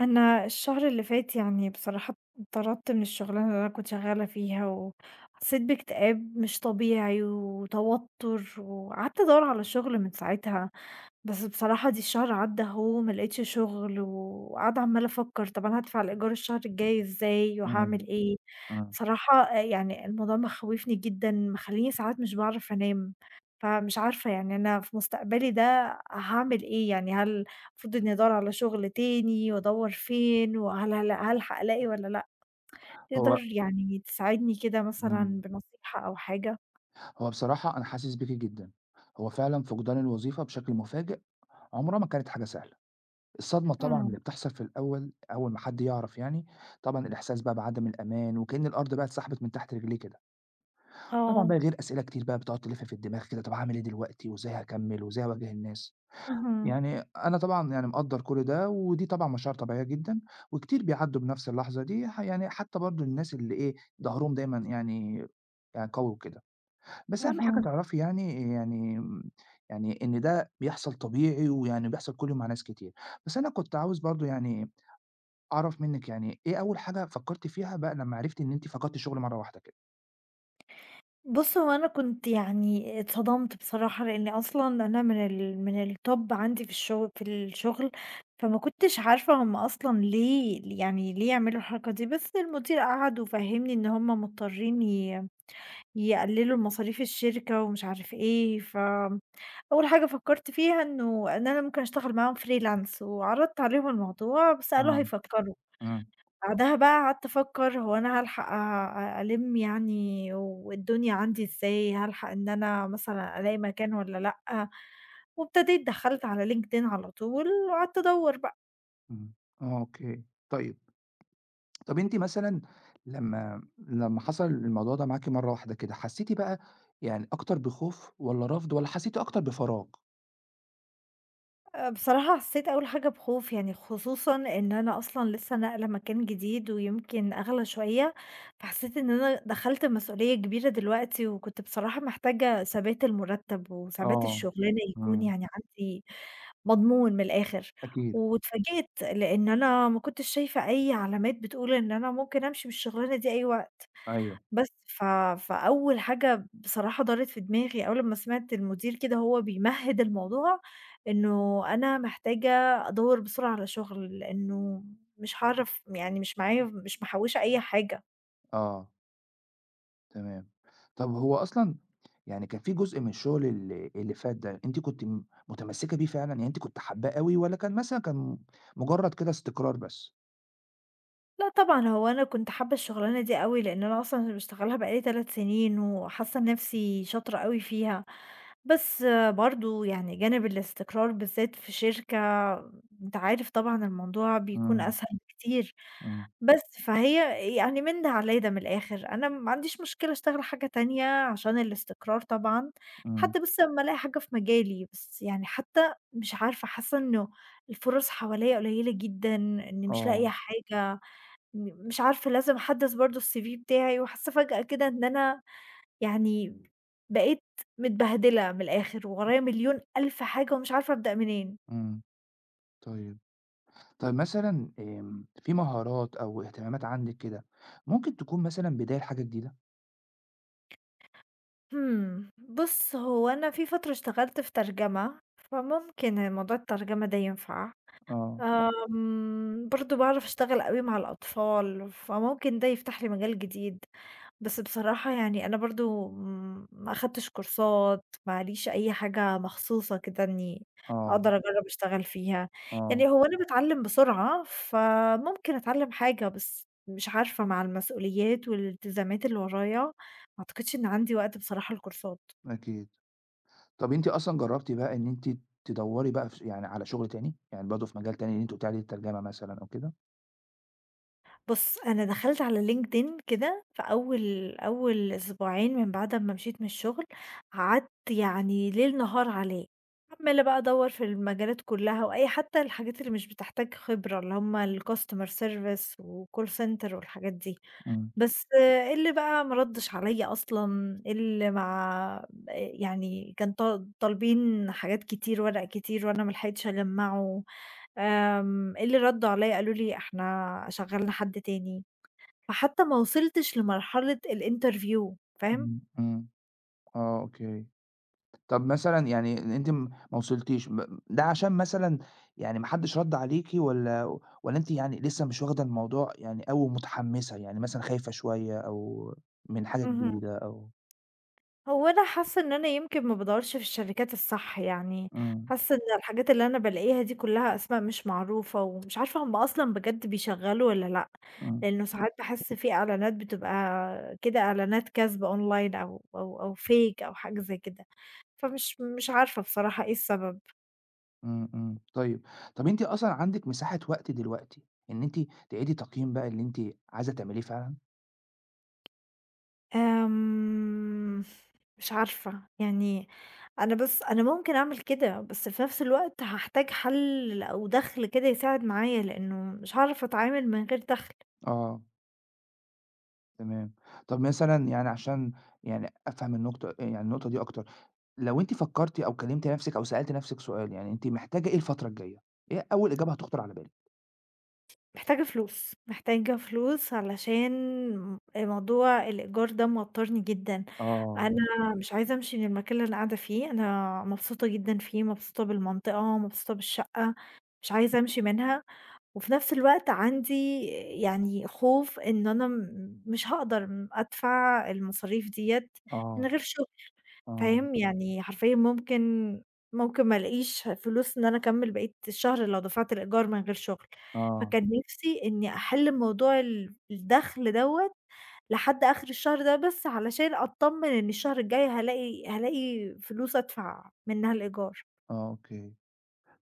انا الشهر اللي فات يعني بصراحة اتطردت من الشغلانة اللي انا كنت شغالة فيها، وحسيت باكتئاب مش طبيعي وتوتر، وقعدت ادور على شغل من ساعتها. بس بصراحة دي الشهر عدى اهو ما لقيتش شغل، وقاعدة عمالة افكر طب انا هدفع الايجار الشهر الجاي ازاي إمم، وهعمل ايه؟ إمم. بصراحة آه، يعني الموضوع مخوفني جدا، مخليني ساعات مش بعرف انام. فمش عارفة يعني انا في مستقبلي ده هعمل ايه، يعني هل المفروض إنّي أدوّر على شغل تاني وأدوّر فين، وهل هل هالحق ألاقي والّا لأ؟ تقدر هو يعني تساعدني كده مثلًا إمم. بنصيحة أو حاجة؟ هو بصراحة أنا حاسس بيكِ جدًا. هو فعلًا فقدان الوظيفة بشكل مفاجئ عمرها ما كانت حاجة سهلة. الصدمة طبعًا إمم. اللي بتحصل في الأول، أول ما حد يعرف يعني. طبعًا الإحساس بقى بعدم الأمان وكأن الأرض بقى اتسحبت من تحت رجليه كده. طبعًا آه. بقى غير أسئلة كتير بقى بتقعد تلِف في الدماغ كده، طب هاعمل إيه دلوقتي وإزاي هاكمّل وإزاي هاواجه الناس؟ اهم. يعني أنا طبعًا يعني مقدّر كل ده، ودي طبعًا مشاعر طبيعية جدًا وكتير بيعدّوا بنفس اللحظة دي، يعني حتى برضه الناس اللي إيه، ضهرهم دايمًا يعني يعني قوي وكده. بس أهم حاجة اهم. تعرفي يعني يعني م يعني إن ده بيحصل طبيعي، ويعني بيحصل كل يوم مع ناس كتير. بس أنا كنت عاوز برضه يعني أعرف منِّك يعني إيه أول حاجة فكّرتِ فيها بقى لمّا عرفتِ إن أنتِ فقدتِ الشغل مرّة واحدة كده؟ بُص، هو أنا كنت يعني اتصدمت بصراحة، لإنّي أصلًا أنا من ال من الtop عندي في الشغل، فما كنتش عارفة هُم أصلًا ليه، يعني ليه يعملوا الحركة دي. بس المدير قعد وفهّمني إن هُم مضطرين يقللوا مصاريف الشركة ومش عارف إيه. ف أول حاجة فكّرت فيها إنه إن أنا ممكن أشتغل معاهم freelance وعرضت عليهم الموضوع، بس قالوا آه، هيفكّروا. إمم، بعدها بقى قعدت أفكّر، هو أنا هالحق ألِم يعني والدنيا عندي إزاي، هالحق إن أنا مثلًا ألاقي مكان والّا لأ. وابتديت دخّلت على LinkedIn على طول وقعدت أدوّر بقى. إمم، آه، أوكي. طيب، طَب أنتِ مثلًا لمّا حصل الموضوع ده معاكِ مرّة واحدة كده، حسّيتِ بقى يعني أكتر بخوف والّا رفض والّا حسّيتِ أكتر بفراغ؟ بصراحة حسّيت أول حاجة بخوف، يعني خصوصًا إن أنا أصلًا لسه ناقلة مكان جديد ويمكن أغلى شوية، فحسّيت إن أنا دخلت مسؤولية كبيرة دلوقتي، وكنت بصراحة محتاجة ثبات المُرتّب وثبات آه، الشُغلانة يكون إمم، يعني عندي مضمون من الآخر. أكيد، واتفاجئت لإن أنا ما كنتش شايفة أي علامات بتقول إن أنا ممكن أمشي من الشُغلانة دي أي وقت. أيوه، بس فأول حاجة بصراحة دارت في دماغي أول أمّا سمعت المدير كده وهو بيمهِّد الموضوع، إنه أنا محتاجة أدوّر بسرعة على شغل، لإنه مش هاعرف يعني، مش معايا، مش محوّشة أي حاجة. آه. تمام. طب هو أصلًا يعني كان في جزء من الشغل اللي فات ده، أنتِ كنتِ متمسّكة بيه فعلًا، يعني أنتِ كنتِ حاباه أوي والّا كان مثلًا كان مجرّد كده استقرار بس؟ لأ طبعًا، هو أنا كنت حابة الشغلانة دي أوي، لإن أنا أصلًا باشتغلها بقى لي 3 سنين وحاسة نَفْسي شاطرة أوي فيها. بس برضه يعني جانب الاستقرار بالذات في شركة أنت عارف طبعًا الموضوع بيكون إمم، أسهل بكتير. إمم، بس، فهي يعني من ده على ده من الآخر، أنا ما عنديش مشكلة أشتغل حاجة تانية عشان الاستقرار طبعًا، إمم، لحد بس أمّا ألاقي حاجة في مجالي. بس يعني حتى مش عارفة، حاسة إنه الفرص حواليّا قليلة جدًا، إني مش آه، لاقية حاجة. مش عارفة لازم أحدّث برضه الCV بتاعي، وحاسة فجأة كده إن أنا يعني بقيت متبهدلة من الآخر، وورايا مليون ألف حاجة ومش عارفة أبدأ منين. إمم، طيب. طيب مثلًا آمم، في مهارات أو اهتمامات عندِك كده، ممكن تكون مثلًا بداية لحاجة جديدة؟ بُص، هو أنا في فترة اشتغلت في ترجمة، فممكن موضوع الترجمة ده ينفع. آه، برضه باعرف أشتغل أوي مع الأطفال، فممكن ده يفتح لي مجال جديد. بس بصراحة يعني أنا برضه ما أخدتش كورسات، ما ليش أي حاجة مخصوصة كده إني آه، أقدر أجرّب أشتغل فيها. آه، يعني هو أنا باتعلّم بسرعة، فممكن أتعلّم حاجة، بس مش عارفة مع المسؤوليات والالتزامات اللي ورايا، ما أعتقدش إن عندي وقت بصراحة لكورسات. أكيد. طب أنتِ أصلًا جرّبتِ بقى إن أنتِ تدوّري بقى في يعني على شغل تاني؟ يعني برضه في مجال تاني اللي أنتِ قُلتِ عليه الترجمة مثلًا أو كده؟ بُص، أنا دخلت على LinkedIn كده في أول أسبوعين من بعد أمّا مشيت من الشغل، قعدت يعني ليل نهار عليه، عمّالة بقى أدوّر في المجالات كلّها وأي حتى الحاجات اللي مش بتحتاج خبرة، اللي هم الcustomer service وcall center والحاجات دي. إمم. بس إيه اللي بقى ما ردش عليَّ أصلًا، اللي ما يعني كان طالبين حاجات كتير، ورق كتير وأنا ما لحقتش أجمّعه. إيه اللي ردوا عليَّ قالوا لي إحنا شغّلنا حد تاني، فحتى ما وصلتش لمرحلة الinterview. فاهم؟ إمم، إمم، آه، أوكي. طَب مثلًا يعني أنتِ ما وصلتيش ده عشان مثلًا يعني ما حدش رَد عليكِ والّا أنتِ يعني لسه مش واخدة الموضوع يعني أوي ومتحمّسة، يعني مثلًا خايفة شوية أو من حاجة اهم. جديدة أو هو أنا حاسة إن أنا يمكن ما بادوّرش في الشركات الصح، يعني إمم، حاسة إن الحاجات اللي أنا بالاقيها دي كلّها أسماء مش معروفة، ومش عارفة هُم أصلًا بجد بيشغّلوا والّا لأ، إمم، لإنه ساعات باحس في إعلانات بتبقى كده إعلانات كاذبة online أو fake أو حاجة زي كده، فمش مش عارفة بصراحة إيه السبب. إمم، إمم، طيب. طَب أنتِ أصلًا عندِك مساحة وقت دلوقتي إن أنتِ تعيدي تقييم بقى اللي أنتِ عايزة تعمليه فعلًا؟ آمم، مش عارفة، يعني أنا بس أنا ممكن أعمل كده، بس في نفس الوقت هاحتاج حل أو دخل كده يساعد معايا، لإنه مش هاعرف أتعامل من غير دخل. آه، تمام. طَب مثلًا يعني عشان يعني أفهم النقطة يعني النقطة دي أكتر. لو أنتِ فكّرتِ أو كلّمتِ نَفْسِك أو سألتِ نَفْسِك سؤال، يعني أنتِ محتاجة إيه الفترة الجاية؟ إيه أول إجابة هتخطُر على بالِك؟ محتاجة فلوس، محتاجة فلوس علشان موضوع الإيجار ده موتّرني جدًا. آه، أنا مش عايزة أمشي من المكان اللي أنا قاعدة فيه، أنا مبسوطة جدًا فيه، مبسوطة بالمنطقة، مبسوطة بالشقة، مش عايزة أمشي منها. وفي نفس الوقت عندي يعني خوف إن أنا مش هاقدر أدفع المصاريف ديّة من آه، غير شغل. آه، فاهم، يعني حرفيًا ممكن ما الاقيش فلوس إن أنا أكمّل بقية الشهر لو دفعت الإيجار من غير شغل. آه، فكان نِفْسي إني أحِل موضوع الدخْل دوّة لحد آخر الشهر ده بس علشان أتطمّن إن الشهر الجاي هالاقي فلوس أدفع منها الإيجار. آه، أوكي.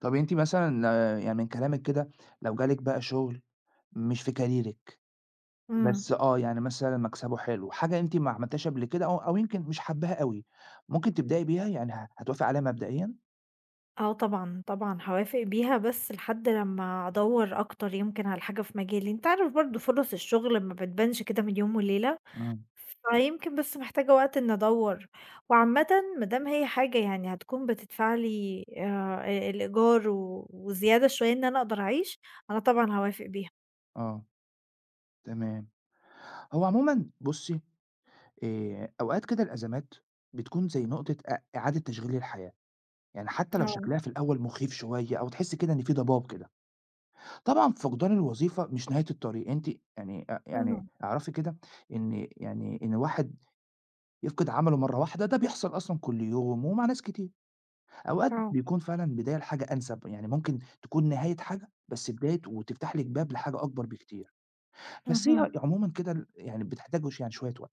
طَب أنتِ مثلًا آه، يعني من كلامِك كده لو جالِك بقى شُغل مش في كاريرِك، إمم. بس آه، يعني مثلًا مكسبه حلو، حاجة أنتِ ما عملتيهاش قبل كده أو أو يمكن مش حابّاها أوي، ممكن تبدئي بيها؟ يعني هتوافقي عليها مبدئيًا؟ آه طبعًا، طبعًا هاوافق بيها بس لحد لمّا أدوّر أكتر يمكن على حاجة في مجالي، أنت عارف برضه فُرَص الشغل ما بتبانش كده من يوم وليلة. إمم، فيمكن بس محتاجة وقت إني أدوّر، وعامةً ما دام هي حاجة يعني هتكون بتدفع لي الإيجار وزيادة شوية إن أنا أقدر أعيش، أنا طبعًا هاوافق بيها. آه، تمام. هو عمومًا بُصّي، أوقات كده الأزمات بتكون زي نقطة إعادة تشغيل للحياة. يعني حتى لو آه. شكلها في الأول مخيف شوية أو تحسّي كده إن في ضباب كده. طبعًا فقدان الوظيفة مش نهاية الطريق، أنتِ يعني يعني اهم. اعرفي كده إن يعني إن الواحد يفقد عمله مرّة واحدة ده بيحصل أصلًا كل يوم ومع ناس كتير. أوقات آه. بيكون فعلًا بداية لحاجة أنسب، يعني ممكن تكون نهاية حاجة بس بداية وتفتح لِك باب لحاجة أكبر بكتير. بس هي اهم. عمومًا كده يعني بتحتاج يعني شوية وقت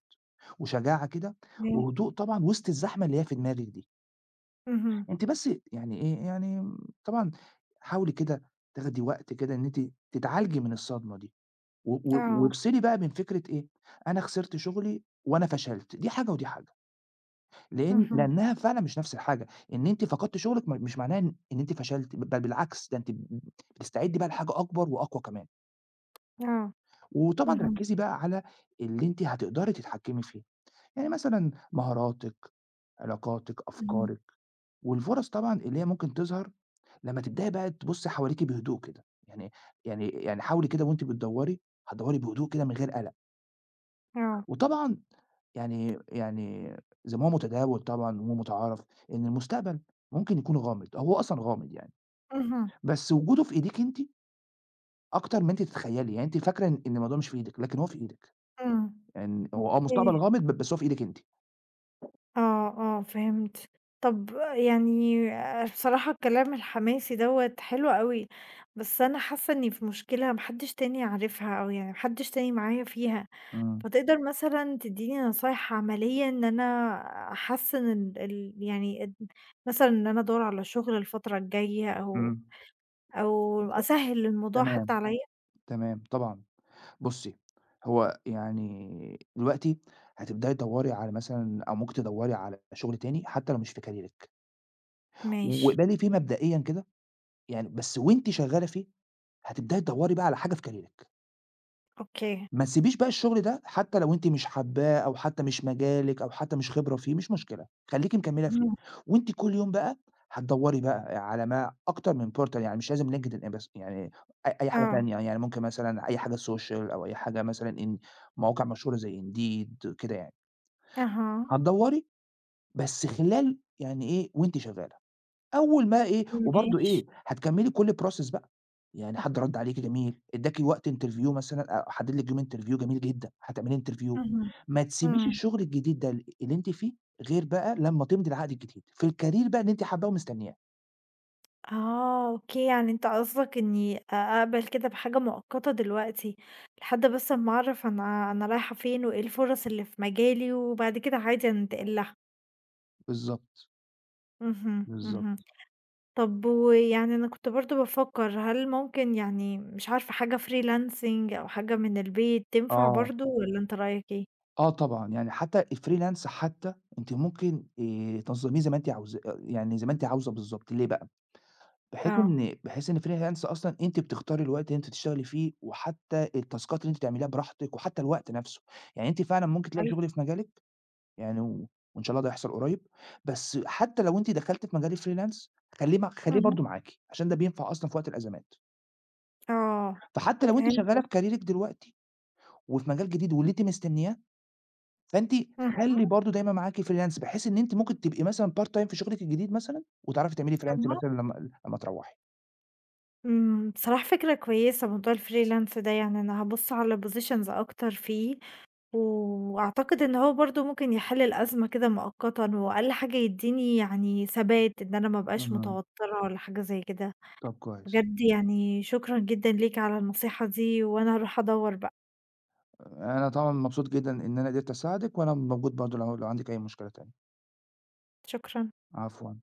وشجاعة كده إمم. وهدوء طبعًا وسط الزحمة اللي هي في دماغِك دي. اهم. أنتِ بس يعني إيه، يعني طبعًا حاولي كده تاخدي وقت كده إن أنتِ تتعالجي من الصدمة دي، و و آه. وافصلي بقى من فكرة إيه، أنا خسرت شغلي وأنا فشلت، دي حاجة ودي حاجة، اهم. لإنها فعلًا مش نفس الحاجة، إن أنتِ فقدتِ شغلِك مش معناه إن أنتِ فشلتِ، بل بالعكس ده أنتِ بتستعدي بقى لحاجة أكبر وأقوى كمان، آه. وطبعًا اهم. ركّزي بقى على اللي أنتِ هتقدري تتحكمي فيه، يعني مثلًا مهاراتِك، علاقاتِك، اهم. أفكارِك، والفُرَص طبعًا اللي هي ممكن تظهر لمّا تبدئي بقى تبُصّي حواليكِ بهدوء كده، يعني حاولي كده وأنتِ بتدوّري، هتدوّري بهدوء كده من غير قلق، آه. وطبعًا يعني يعني زي ما هو متداول طبعًا ومُتعارف إن المستقبل ممكن يكون غامض، هو أصلًا غامض يعني، اهم. بس وجوده في إيديكِ أنتِ أكتر ما أنتِ تتخيّلي، يعني أنتِ فاكرة إن الموضوع مش في إيدِك، لكن هو في إيدِك، إمم. يعني هو مستقبل أوكي. غامض بس هو في إيدِك أنتِ. آه، آه، فهمت. طب يعني بصراحة الكلام الحماسي دوّة حلو أوي، بس أنا حاسة إني في مشكلة ما حدش تاني عارفها أو يعني ما حدش تاني معايا فيها، إمم، فتقدر مثلًا تدّيني نصايح عملية إن أنا أحسّن ال ال يعني اد مثلًا إن أنا أدوّر على شغل الفترة الجاية أو إمم، أو بالضبط. أسهّل الموضوع تمام، حتى عليَّ؟ تمام، طبعًا. بُصّي، هو يعني دلوقتي هتبدئي تدوّري على مثلًا أو ممكن تدوّري على شغل تاني حتى لو مش في كاريرِك، ماشي. واقبلي فيه مبدئيًا كده يعني بس وأنتِ شغّالة فيه هتبدئي تدوّري بقى على حاجة في كاريرِك. أوكي. ما تسيبيش بقى الشغل ده حتى لو أنتِ مش حابّاه أو حتى مش مجالِك أو حتى مش خبرة فيه، مش مشكلة، خلّيكِ مكمّلة فيه، إمم. وأنتِ كل يوم بقى هتدوّري بقى على ما أكتر من portal يعني مش لازم LinkedIn بس، يعني أي حاجة آه. تانية، يعني ممكن مثلًا أي حاجة social أو أي حاجة مثلًا إن مواقع مشهورة زي Indeed كده يعني، أها. هتدوّري بس خلال يعني إيه وأنتِ شغّالة. أول ما إيه وبرضه ماشي. إيه، هتكمّلي كل الprocess بقى، يعني حد رَد عليكِ جميل، ادّاكِ وقت interview مثلًا حدِّد لِك يوم interview جميل جدًا، هتعملي interview اهم. ما تسيبيش إمم. الشغل الجديد ده اللي أنتِ فيه غير بقى لمّا تمضي العقد الجديد، في الcareer بقى اللي أنتِ حابّاه ومستنياه. آه، أوكي، يعني أنت قصدك إني أقبل كده بحاجة مؤقتة دلوقتي، لحد بس أمّا أعرف أنا رايحة فين وإيه الفرص اللي في مجالي، وبعد كده عادي أنتقل لها. بالضبط، اهم. اهم. بالضبط. طب ويعني أنا كنت برضه بافكر، هل ممكن يعني مش عارفة حاجة freelancing أو حاجة من البيت تنفع آه، برضه والّا أنت رأيك إيه؟ آه طبعًا، يعني حتى الfreelance حتى أنتِ ممكن تنظّميه زي ما أنتِ عاوزاه، يعني زي ما أنتِ عاوزة بالضبط، ليه بقى؟ بحيث آه. إن بحيث إن freelance أصلًا أنتِ بتختاري الوقت اللي أنتِ تشتغلي فيه، وحتى التاسكات اللي أنتِ تعمليها براحتك، وحتى الوقت نفسه، يعني أنتِ فعلًا ممكن تلاقي حلو. شغل في مجالِك يعني و وإن شاء الله ده يحصل قريب، بس حتى لو أنتِ دخلتِ في مجال الfreelance خليه اهم. برضه معاكِ، عشان ده بينفع أصلًا في وقت الأزمات، آه، فحتى لو أنتِ فهمت شغالة في قصدك. كاريرِك دلوقتي وفي مجال جديد واللي أنتِ مستنياه، فأنتِ اهم. خلّي برضه دايمًا معاكِ freelance بحيث إن أنتِ ممكن تبقي مثلًا part time في شغلِك الجديد مثلًا، وتعرفي تعملي طب freelance ما مثلًا لمّا تروّحي. بصراحة فكرة كويسة موضوع الfreelance ده، يعني أنا هابُص على positions أكتر فيه، وأعتقد إن هو برضه ممكن يحل الأزمة كده مؤقتًا، وأقل حاجة يدّيني يعني ثبات، إن أنا ما أبقاش إمم، متوترة ولا حاجة زي كده. طب كويس. بجد يعني شكرًا جدًا ليك على النصيحة دي، وأنا هاروح أدوّر بقى. أنا طبعًا مبسوط جدًا إن أنا قدرت أساعدِك، وأنا موجود برضه لو عندِك أي مشكلة تانية. شكرًا. عفوًا.